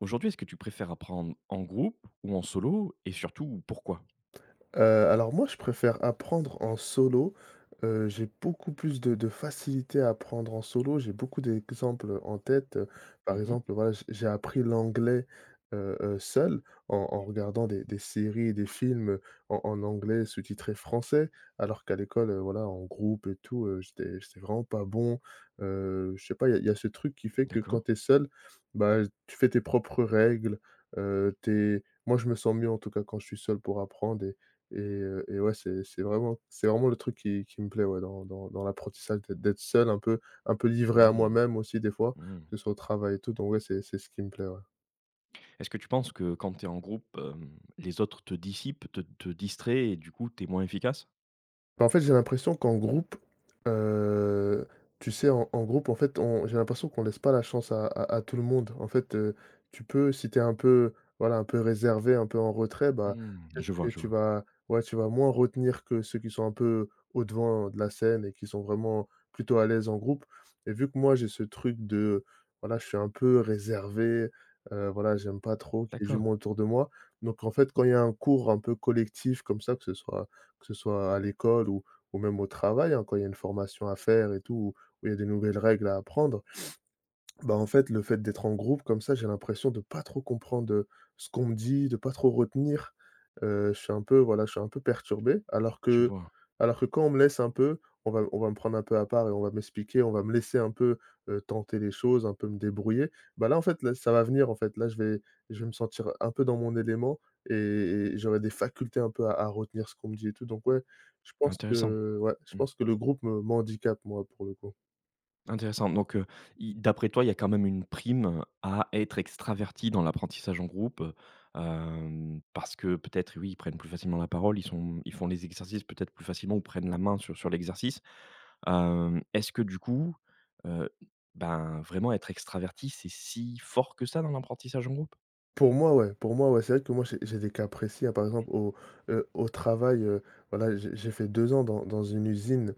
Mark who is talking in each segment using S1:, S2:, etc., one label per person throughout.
S1: Aujourd'hui, est-ce que tu préfères apprendre en groupe ou en solo et surtout pourquoi?
S2: Heu, alors moi, je préfère apprendre en solo. J'ai beaucoup plus de facilité à apprendre en solo. J'ai beaucoup d'exemples en tête. Par
S1: Mmh.
S2: exemple, voilà, j'ai appris l'anglais, seul en regardant des séries et des films, en anglais sous-titré français. Alors qu'à l'école, voilà, en groupe et tout, j'étais vraiment pas bon. Je sais pas, il y a ce truc qui fait que quand
S1: D'accord.
S2: tu es seul, bah, tu fais tes propres règles, tu moi, je me sens mieux en tout cas quand je suis seul pour apprendre et ouais, c'est vraiment c'est vraiment le truc qui me plaît, ouais, dans dans l'apprentissage d'être seul un peu livré à
S1: Mmh.
S2: moi-même aussi des fois,
S1: Mmh.
S2: que ce soit au travail et tout, donc ouais, c'est ce qui me plaît, ouais.
S1: Est-ce que tu penses que quand tu es en groupe, les autres te dissipent, te distraient et du coup tu es moins efficace?
S2: Bah, en fait, j'ai l'impression qu'en groupe, heu, tu sais, en groupe, en fait, on j'ai l'impression qu'on laisse pas la chance à tout le monde. En fait, tu peux si tu es un peu, voilà, un peu réservé, un peu en retrait, bah,
S1: Mmh,
S2: peut-être
S1: je
S2: que
S1: vois, je
S2: tu
S1: vois.
S2: vas ouais, tu vas moins retenir que ceux qui sont un peu au-devant de la scène et qui sont vraiment plutôt à l'aise en groupe et vu que moi, j'ai ce truc de, voilà, je suis un peu réservé, voilà, j'aime pas trop qu'il y ait du
S1: D'accord,
S2: monde autour de moi donc en fait, quand il y a un cours un peu collectif comme ça, que ce soit à l'école ou même au travail, hein, quand il y a une formation à faire et tout, où il y a des nouvelles règles à apprendre. Bah, en fait, le fait d'être en groupe comme ça, j'ai l'impression de pas trop comprendre, ce qu'on me dit, de pas trop retenir. Je suis un peu, voilà, je suis un peu perturbé.
S1: je vois.
S2: Alors que quand on me laisse un peu, on va me prendre un peu à part et on va m'expliquer, on va me laisser un peu, tenter les choses, un peu me débrouiller. Bah, là, en fait, là, ça va venir, en fait. Là, je vais me sentir un peu dans mon élément et j'aurais des facultés un peu à retenir ce qu'on me dit et tout. Donc ouais, je pense
S1: Intéressant.
S2: que ouais, je
S1: Mmh.
S2: pense que le groupe me m'handicape, moi, pour le coup.
S1: Intéressant, donc i d'après toi, il y a quand même une prime à être extraverti dans l'apprentissage en groupe, parce que peut-être, oui, ils prennent plus facilement la parole, ils font les exercices peut-être plus facilement ou prennent la main sur l'exercice. Est-ce que du coup, heu, ben, vraiment être extraverti, c'est si fort que ça dans l'apprentissage en groupe?
S2: Pour moi, ouais, c'est vrai que moi j'ai des cas précis, hein. Au travail, voilà, j'ai fait 2 ans dans une usine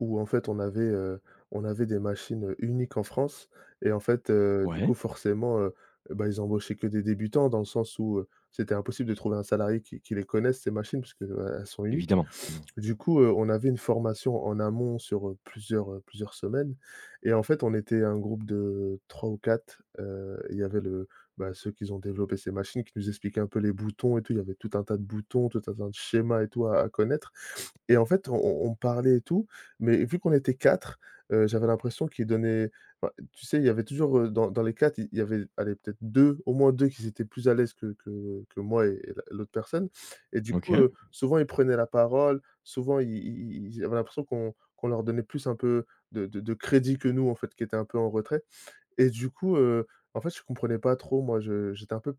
S2: où en fait on avait des machines, uniques en France et en fait, du coup
S1: Ouais,
S2: forcément, bah, ils embauchaient que des débutants dans le sens où, c'était impossible de trouver un salarié qui les connaisse ces machines parce elles sont uniques
S1: évidemment, évidemment.
S2: du coup, on avait une formation en amont sur, plusieurs, plusieurs semaines et en fait, on était un groupe de 3 ou 4, il y avait le bah, ceux qui ont développé ces machines qui nous expliquaient un peu les boutons et tout. Il y avait tout un tas de boutons, tout un tas de schémas et tout à connaître et en fait, on parlait et tout, mais vu qu'on était 4, j'avais l'impression qu'ils donnaient enfin, tu sais, il y avait toujours, dans les 4, il y avait, allez, peut-être 2, au moins 2, qui étaient plus à l'aise que moi et la l'autre personne. Et du coup,
S1: OK.
S2: souvent, ils prenaient la parole, souvent, ils ils ils j'avais l'impression qu'on leur donnait plus un peu de crédit que nous, en fait, qui étaient un peu en retrait. Et du coup, en fait, je comprenais pas trop, moi, je j'étais un peu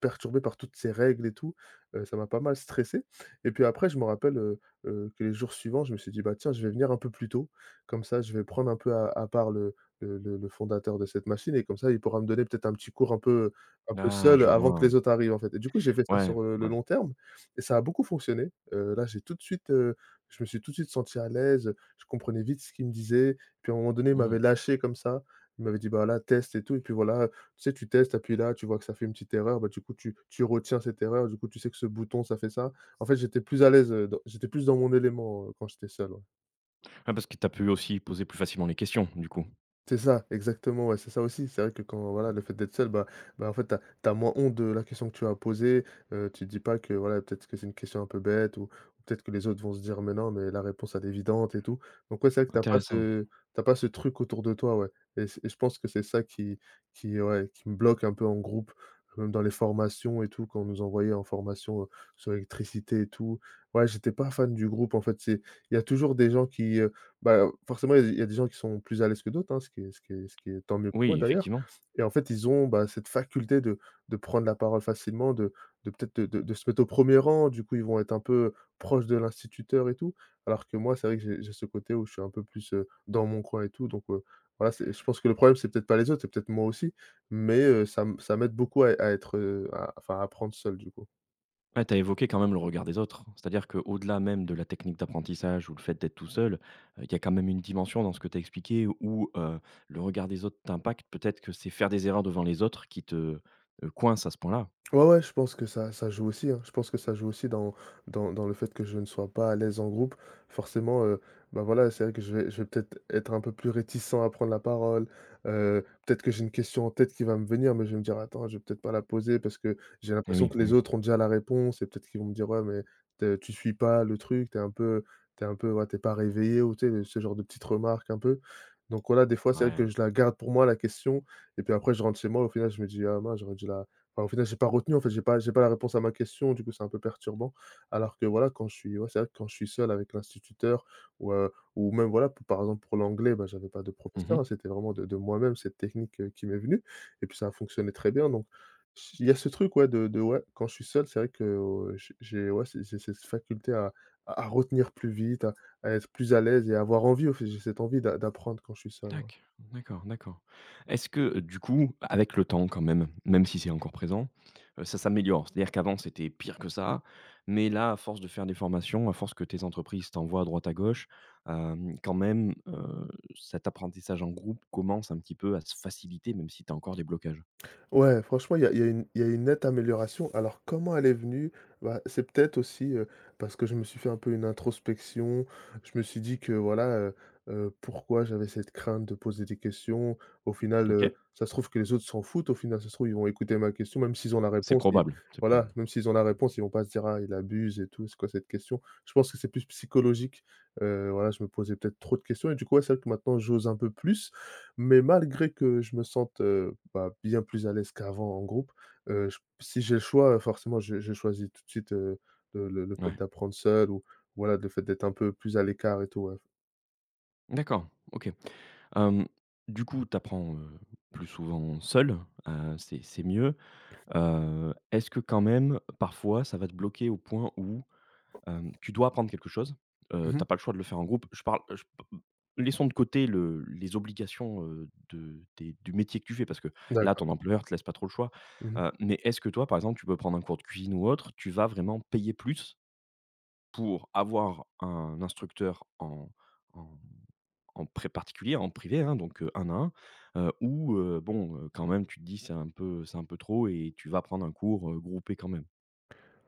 S2: perturbé par toutes ces règles et tout, ça m'a pas mal stressé et puis après je me rappelle, que les jours suivants, je me suis dit: «Bah, tiens, je vais venir un peu plus tôt, comme ça je vais prendre un peu à part le fondateur de cette machine et comme ça, il pourra me donner peut-être un petit cours un peu
S1: Ah,
S2: seul
S1: je
S2: avant que
S1: vois.
S2: les autres arrivent, en fait» et du coup, j'ai fait ça
S1: Ouais,
S2: sur, le
S1: ouais.
S2: long terme et ça a beaucoup fonctionné, là, j'ai tout de suite, je me suis tout de suite senti à l'aise, je comprenais vite ce qu'il me disait, puis à un moment donné, il m'avait
S1: Mmh.
S2: lâché comme ça, il m'avait dit: «Bah, là, teste et tout» et puis voilà, tu sais, tu testes, tu appuies là, tu vois que ça fait une petite erreur, bah, du coup, tu retiens cette erreur, du coup, tu sais que ce bouton, ça fait ça. En fait, j'étais plus à l'aise, dans j'étais plus dans mon élément, quand j'étais seul, ouais.
S1: Ah, parce que tu as pu aussi poser plus facilement les questions, du coup?
S2: C'est ça, exactement, ouais, c'est ça aussi. C'est vrai que quand voilà, le fait d'être seul, bah, en fait, t'as moins honte de la question que tu as posée. Tu te dis pas que voilà, peut-être que c'est une question un peu bête ou peut-être que les autres vont se dire: «Mais non, mais la réponse elle est évidente et tout». Donc ouais, c'est vrai que
S1: Intéressant.
S2: t'as pas ce truc autour de toi, ouais. Et je pense que c'est ça qui, ouais, qui me bloque un peu en groupe, même dans les formations et tout, quand on nous envoyait en formation, sur l'électricité et tout. Ouais, j'étais pas fan du groupe, en fait, c'est il y a toujours des gens qui, bah, forcément, il y a des gens qui sont plus à l'aise que d'autres, hein, ce qui est tant mieux pour eux
S1: Oui,
S2: d'ailleurs
S1: effectivement.
S2: et en fait, ils ont, bah, cette faculté de prendre la parole facilement, de peut-être de se mettre au premier rang. Du coup, ils vont être un peu proches de l'instituteur et tout. Alors que moi, c'est vrai que j'ai ce côté où je suis un peu plus, dans mon coin et tout donc voilà, c'est je pense que le problème, c'est peut-être pas les autres, c'est peut-être moi aussi mais ça m'aide beaucoup à être, à enfin à apprendre seul, du coup.
S1: Ouais, tu as évoqué quand même le regard des autres. C'est-à-dire qu'au-delà même de la technique d'apprentissage ou le fait d'être tout seul, il y a quand même une dimension dans ce que tu as expliqué où, le regard des autres t'impacte. Peut-être que c'est faire des erreurs devant les autres qui te, coince à ce point-là?
S2: Ouais, ouais, je pense que ça joue aussi, hein. Je pense que ça joue aussi dans dans le fait que je ne sois pas à l'aise en groupe. Forcément, bah, voilà, c'est vrai que je vais peut-être être un peu plus réticent à prendre la parole. Peut-être que j'ai une question en tête qui va me venir, mais je vais me dire: «Attends, je vais peut-être pas la poser parce que j'ai
S1: Eh
S2: l'impression
S1: oui,
S2: que
S1: eh
S2: les
S1: oui.
S2: autres ont déjà la réponse» et peut-être qu'ils vont me dire: «Ouais, mais te tu suis pas le truc, t'es un peu ouais, t'es pas réveillé» ou tu sais, ce genre de petites remarques un peu. Donc voilà, des fois, c'est vrai que
S1: Ouais.
S2: je la garde pour moi la question et puis après je rentre chez moi, au final, je me dis: «Ah mince, j'aurais dû la». Enfin, au final, j'ai pas retenu, en fait, j'ai pas la réponse à ma question, du coup, c'est un peu perturbant. Alors que voilà, quand je suis ouais, c'est vrai que quand je suis seul avec l'instituteur ou même voilà, p par exemple pour l'anglais, bah, j'avais pas de
S1: Mmh
S2: professeur,
S1: mh.
S2: hein, c'était vraiment de moi-même cette technique, qui m'est venue et puis ça a fonctionné très bien donc il y a ce truc, ouais, de ouais, quand je suis seul, c'est vrai que, j'ai ouais, c'est j'ai cette faculté à à retenir plus vite, à être plus à l'aise et à avoir envie, au fait, j'ai cette envie d'apprendre quand je suis seul, ouais.
S1: D'accord, d'accord. Est-ce que, du coup, avec le temps quand même, même si c'est encore présent, ça s'améliore? C'est-à-dire qu'avant c'était pire que ça, mais là, à force de faire des formations, à force que tes entreprises t'envoient à droite à gauche, quand même, cet apprentissage en groupe commence un petit peu à se faciliter, même si tu as encore des blocages?
S2: Ouais, franchement, il y a une nette amélioration. Alors, comment elle est venue? Bah, c'est peut-être aussi parce que je me suis fait un peu une introspection. Je me suis dit que voilà, pourquoi j'avais cette crainte de poser des questions. Au final,
S1: OK.
S2: ça se trouve que les autres s'en foutent. Au final, ça se trouve, ils vont écouter ma question, même s'ils ont la
S1: C'est
S2: réponse. Ils,
S1: probable, c'est
S2: voilà,
S1: probable.
S2: même s'ils ont la réponse, ils vont pas se dire, ah, il abuse et tout, c'est quoi cette question? Je pense que c'est plus psychologique. Voilà, je me posais peut-être trop de questions. Et du coup, ouais, c'est vrai que maintenant, j'ose un peu plus. Mais malgré que je me sente, bah, bien plus à l'aise qu'avant en groupe, j si j'ai le choix, forcément, je choisis tout de suite, le fait
S1: Ouais.
S2: d'apprendre seul ou voilà, le fait d'être un peu plus à l'écart et tout, ouais.
S1: D'accord, OK. Hem, du coup, tu apprends plus souvent seul, c'est mieux. Est-ce que quand même, parfois, ça va te bloquer au point où, tu dois apprendre quelque chose,
S2: Mmh.
S1: tu pas le choix de le faire en groupe? Je parle je laissons de côté le les obligations, de des du métier que tu fais parce que là,
S2: D'accord.
S1: ton employeur te laisse pas trop le choix,
S2: Mmh.
S1: mais est-ce que toi, par exemple, tu peux prendre un cours de cuisine ou autre, tu vas vraiment payer plus pour avoir un instructeur en en pré particulier, en privé, hein, donc 1 à un où bon, quand même, tu te dis: c'est un peu trop» et tu vas prendre un cours, groupé quand même.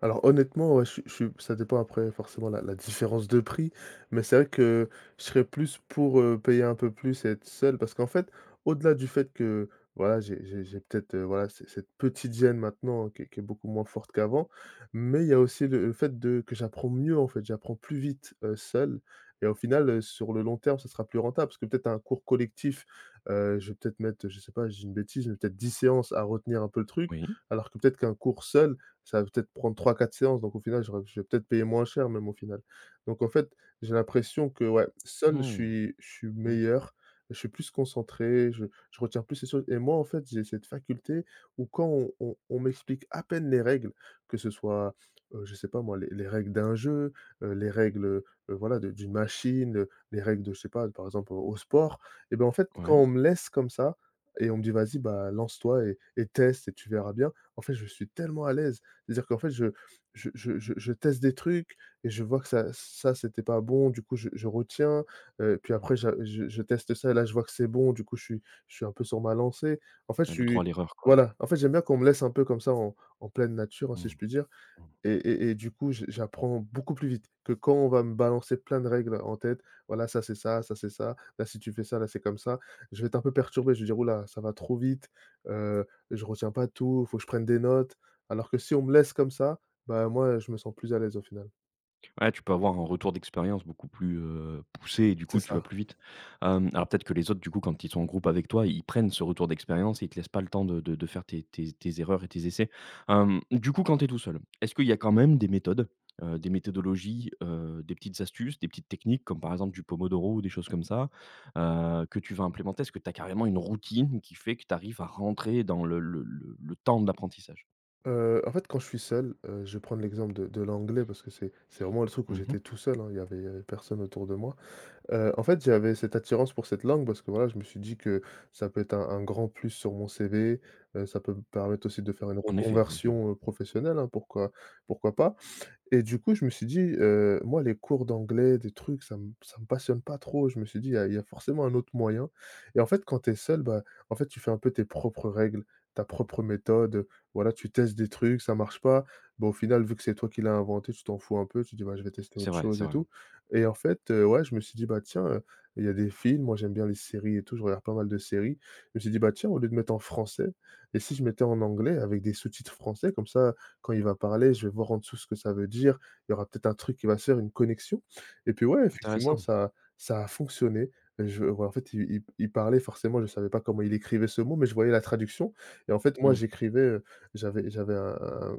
S2: Alors honnêtement, ouais, je suis ça dépend après forcément la différence de prix, mais c'est vrai que je serais plus pour, payer un peu plus et être seul parce qu'en fait, au-delà du fait que voilà, j'ai peut-être, voilà, c cette petite gêne maintenant qui est beaucoup moins forte qu'avant, mais il y a aussi le fait de que j'apprends mieux en fait, j'apprends plus vite, seul et au final, sur le long terme, ce sera plus rentable parce que peut-être un cours collectif, je vais peut-être mettre, je sais pas, j'ai une bêtise, mais peut-être 10 séances à retenir un peu le truc,
S1: Oui.
S2: alors que peut-être qu'un cours seul, ça va peut-être prendre trois quatre séances, donc au final, j'aurais je vais peut-être payer moins cher même au final. Donc en fait, j'ai l'impression que ouais, seul je
S1: Mmh.
S2: suis je suis
S1: Mmh.
S2: meilleur, je suis plus concentré, je retiens plus les choses et moi en fait, j'ai cette faculté où quand on m'explique à peine les règles, que ce soit, je sais pas moi, les règles d'un jeu, les règles, voilà de d'une machine, les règles de je sais pas, par exemple, au sport et ben en fait, quand
S1: Ouais.
S2: on me laisse comme ça et on me dit: «Vas-y, bah, lance-toi et teste et tu verras bien», en fait, je suis tellement à l'aise c'est-à-dire qu'en fait, je teste des trucs et je vois que ça, c'était pas bon, du coup, je retiens, puis
S1: Mmh.
S2: après j'a je teste ça et là, je vois que c'est bon, du coup, je suis un peu sur ma lancée. En fait, je
S1: Le droit
S2: suis
S1: à l'erreur, quoi.
S2: voilà, en fait, j'aime bien qu'on me laisse un peu comme ça en en pleine nature, hein, si je
S1: Mmh.
S2: puis dire et du coup, je j'apprends beaucoup plus vite que quand on va me balancer plein de règles en tête. Voilà, ça c'est ça, là si tu fais ça, là c'est comme ça. Je vais être un peu perturbé, je vais dire: «Ouh là, ça va trop vite, je retiens pas tout, faut que je prenne des notes». Alors que si on me laisse comme ça, bah, moi, je me sens plus à l'aise au final.
S1: Ouais, tu peux avoir un retour d'expérience beaucoup plus, poussé et du
S2: C'est
S1: coup, tu
S2: ça.
S1: vas plus vite. Alors peut-être que les autres, du coup, quand ils sont en groupe avec toi, ils prennent ce retour d'expérience et ils te laissent pas le temps de faire tes erreurs et tes essais. Du coup, quand tu es tout seul, est-ce qu'il y a quand même des méthodes, des méthodologies, des petites astuces, des petites techniques comme par exemple du pomodoro ou des choses comme ça, que tu vas implémenter? Est-ce que tu as carrément une routine qui fait que tu arrives à rentrer dans le temps de l'apprentissage?
S2: En fait, quand je suis seul, je vais prendre l'exemple de l'anglais parce que c'est vraiment le truc où
S1: Mmh.
S2: j'étais tout seul, hein, il y avait personne autour de moi. En fait, j'avais cette attirance pour cette langue parce que, voilà, je me suis dit que ça peut être un grand plus sur mon CV, ça peut me permettre aussi de faire une
S1: En effet, en effet.
S2: reconversion, professionnelle, hein, pourquoi pas? Et du coup, je me suis dit, moi, les cours d'anglais, des trucs, ça me passionne pas trop. Je me suis dit: «Il y a forcément un autre moyen» et en fait, quand tu es seul, bah, en fait, tu fais un peu tes propres règles, ta propre méthode, voilà, tu testes des trucs, ça marche pas. Bah, au final, vu que c'est toi qui l'as inventé, tu t'en fous un peu, tu dis: «Bah, je vais tester
S1: C'est
S2: autre
S1: vrai,
S2: chose
S1: c'est
S2: et
S1: vrai.
S2: tout» et en fait, ouais, je me suis dit: «Bah, tiens,» il y a des films, moi, j'aime bien les séries et tout, je regarde pas mal de séries. Je me suis dit: «Bah, tiens, au lieu de mettre en français et si je mettais en anglais avec des sous-titres français, comme ça, quand il va parler, je vais voir en dessous ce que ça veut dire. Il y aura peut-être un truc qui va se faire, une connexion et puis ouais, effectivement,
S1: Intéressant.
S2: ça a fonctionné. Je Ouais, en fait, il parlait forcément, je ne savais pas comment il écrivait ce mot, mais je voyais la traduction et en fait, moi,
S1: Mmh.
S2: j'écrivais, j'avais un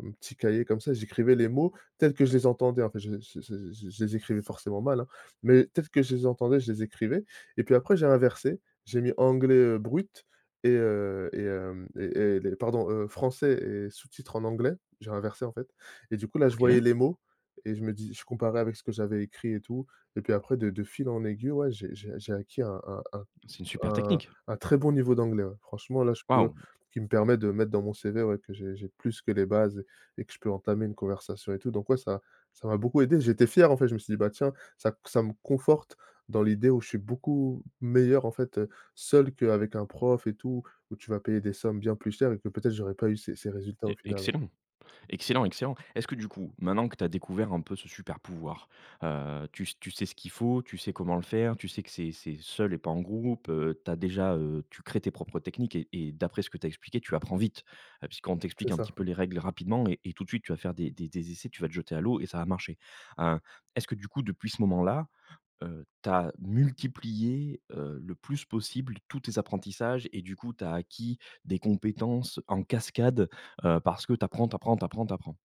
S2: petit cahier comme ça, j'écrivais les mots tels que je les entendais. En fait, je les écrivais forcément mal, hein, mais tels que je les entendais, je les écrivais et puis après j'ai inversé. J'ai mis anglais, brut et hem et les pardon, français et sous-titres en anglais j'ai inversé en fait et du coup là, je voyais
S1: OK.
S2: les mots et je me dis je comparais avec ce que j'avais écrit et tout et puis après de fil en aiguille, ouais, j'ai acquis
S1: C'est une super technique.
S2: un très bon niveau d'anglais, ouais. Franchement là, je peux
S1: Waouh!
S2: Qui me permet de mettre dans mon CV, ouais, que j'ai plus que les bases et que je peux entamer une conversation et tout donc ouais, ça m'a beaucoup aidé. J'étais fier en fait, je me suis dit: «Bah tiens, ça me conforte dans l'idée où je suis beaucoup meilleur en fait, seul qu'avec un prof et tout, où tu vas payer des sommes bien plus chères et que peut-être j'aurais pas eu ces résultats au
S1: E
S2: final». Ouais.
S1: Excellent, excellent, excellent. Est-ce que du coup, maintenant que tu as découvert un peu ce super pouvoir, tu sais ce qu'il faut, tu sais comment le faire, tu sais que c'est seul et pas en groupe, tu déjà, tu crées tes propres techniques et d'après ce que tu as expliqué, tu apprends vite. Puisqu'on
S2: C'est
S1: t'explique un petit
S2: ça.
S1: peu les règles rapidement et tout de suite, tu vas faire des essais, tu vas te jeter à l'eau et ça va marcher. Heu, Est-ce que du coup, depuis ce moment-là, tu multiplié, le plus possible tous tes apprentissages et du coup, t'as acquis des compétences en cascade, parce que t'apprends.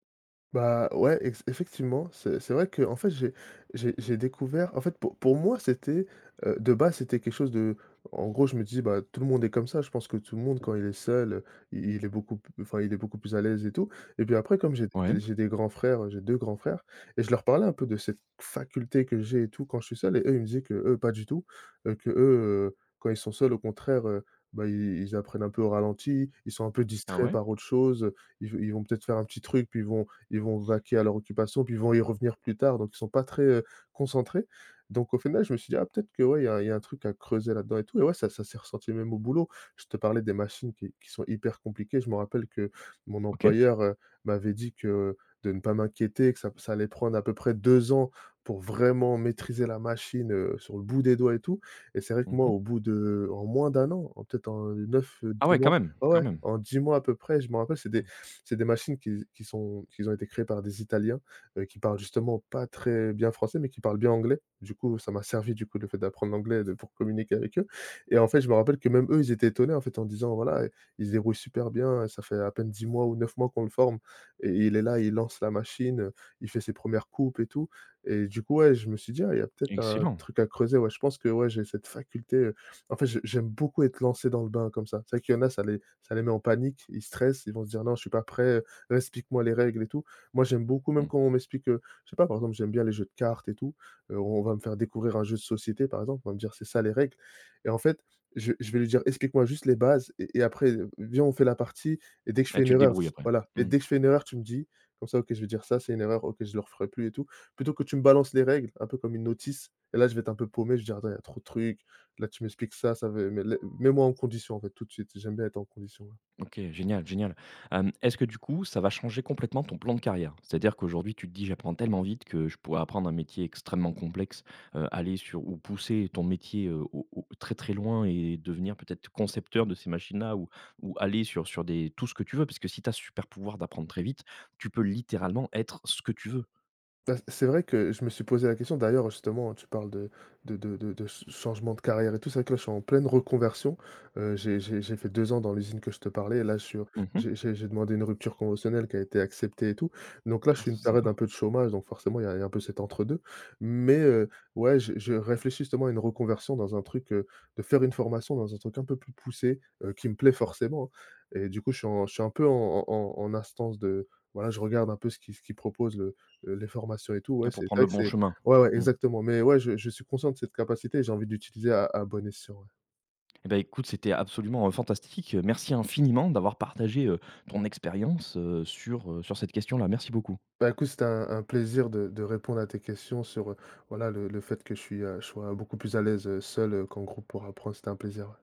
S2: Bah, ouais, ex effectivement, c'est vrai que en fait, j'ai découvert en fait, pour moi, c'était, de base, c'était quelque chose de en gros, je me dis: «Bah, tout le monde est comme ça». Je pense que tout le monde, quand il est seul, il est beaucoup p enfin, il est beaucoup plus à l'aise et tout et puis après, comme j'ai
S1: Ouais.
S2: j'ai j'ai des grands frères, j'ai 2 grands frères et je leur parlais un peu de cette faculté que j'ai et tout quand je suis seul et eux, ils me disaient que eux pas du tout, que eux quand ils sont seuls, au contraire, bah, i ils apprennent un peu au ralenti, ils sont un peu
S1: Ah
S2: distraits
S1: ouais?
S2: par autre chose, ils vont peut-être faire un petit truc, puis ils vont vaquer à leur occupation, puis ils vont y revenir plus tard, donc ils sont pas très, concentrés. Donc au final, je me suis dit: «Ah peut-être que ouais, il y a un truc à creuser là-dedans et tout» et ouais, ça s'est ressenti même au boulot. Je te parlais des machines qui sont hyper compliquées. Je me rappelle que mon
S1: OK.
S2: employeur, m'avait dit que de ne pas m'inquiéter, que ça allait prendre à peu près 2 ans pour vraiment maîtriser la machine, sur le bout des doigts et tout et c'est vrai que moi,
S1: Mmh.
S2: au bout de en moins d'un an, en peut-être en 9
S1: Ah
S2: 10
S1: ouais, quand
S2: mois
S1: même,
S2: ouais,
S1: quand
S2: ouais,
S1: même.
S2: en dix mois à peu près, je me rappelle, c'était
S1: Mmh.
S2: c'est des machines qui sont qui ont été créées par des Italiens, qui parlent justement pas très bien français, mais qui parlent bien anglais. Du coup, ça m'a servi, du coup, le fait d'apprendre l'anglais de pour communiquer avec eux et en fait, je me rappelle que même eux, ils étaient étonnés, en fait, en disant: «Voilà, il se débrouille super bien, ça fait à peine 10 mois ou 9 mois qu'on le forme et il est là, il lance la machine, il fait ses premières coupes et tout» et du coup, ouais, je me suis dit: «Ah, il y a peut-être un
S1: Excellent.
S2: truc à creuser». Ouais, je pense que, ouais, j'ai cette faculté, en fait, je j'aime beaucoup être lancé dans le bain comme ça. C'est vrai qu'il y en a, ça les met en panique, ils stressent, ils vont se dire: «Non, je suis pas prêt, explique-moi les règles et tout». Moi, j'aime beaucoup même
S1: Mmh.
S2: quand on m'explique, je sais pas, par exemple, j'aime bien les jeux de cartes et tout, on va me faire découvrir un jeu de société, par exemple, on va me dire: «C'est ça les règles» et en fait, je vais lui dire: «Explique-moi juste les bases et après, viens, on fait la partie et dès que je fais
S1: Ah,
S2: une
S1: tu te
S2: erreur»
S1: débrouilles après.
S2: voilà «et
S1: Mmh.
S2: dès que je fais une erreur, tu me dis, comme ça, OK, je vais dire ça, c'est une erreur, OK, je le referai plus et tout». Plutôt que tu me balances les règles, un peu comme une notice et là, je vais être un peu paumé, je vais dire: «Attends, il y a trop de trucs, là, tu m'expliques ça, ça veut mais le mets-moi en condition, en fait, tout de suite. J'aime bien être en condition, ouais.
S1: OK, génial, génial. Est-ce que du coup, ça va changer complètement ton plan de carrière? C'est-à-dire qu'aujourd'hui, tu te dis: «J'apprends tellement vite que je pourrais apprendre un métier extrêmement complexe, aller sur ou pousser ton métier, au au très, très loin et devenir peut-être concepteur de ces machines-là ou aller sur des tout ce que tu veux». Parce que si tu as ce super pouvoir d'apprendre très vite, tu peux littéralement être ce que tu veux.
S2: Bah, c'est vrai que je me suis posé la question d'ailleurs, justement, tu parles de ch changement de carrière et tout. C'est vrai que là, je suis en pleine reconversion. J'ai fait 2 ans dans l'usine que je te parlais et là, je suis
S1: Mmh.
S2: j'ai demandé une rupture conventionnelle qui a été acceptée et tout. Donc là, je
S1: Ah,
S2: suis
S1: c'est
S2: une période un
S1: sympa.
S2: peu de chômage, donc forcément, il y a un peu cet entre-deux. Mais ouais, je réfléchis justement à une reconversion dans un truc, de faire une formation dans un truc un peu plus poussé, qui me plaît forcément, hein. Et du coup, je suis un peu en instance de voilà, je regarde un peu ce qui propose le les formations et tout, ouais,
S1: Et pour
S2: c'est
S1: prendre
S2: vrai
S1: le
S2: que
S1: bon
S2: c'est
S1: chemin.
S2: ouais, ouais,
S1: Mmh.
S2: exactement, mais ouais, je suis conscient de cette capacité et j'ai envie d'utiliser à bon escient, ouais.
S1: Eh ben, écoute, c'était absolument, fantastique. Merci infiniment d'avoir partagé, ton expérience, sur, sur cette question-là. Merci beaucoup.
S2: Bah, écoute, c'était un plaisir de répondre à tes questions sur, voilà, le fait que je sois beaucoup plus à l'aise, seul, qu'en groupe pour apprendre. C'était un plaisir, ouais.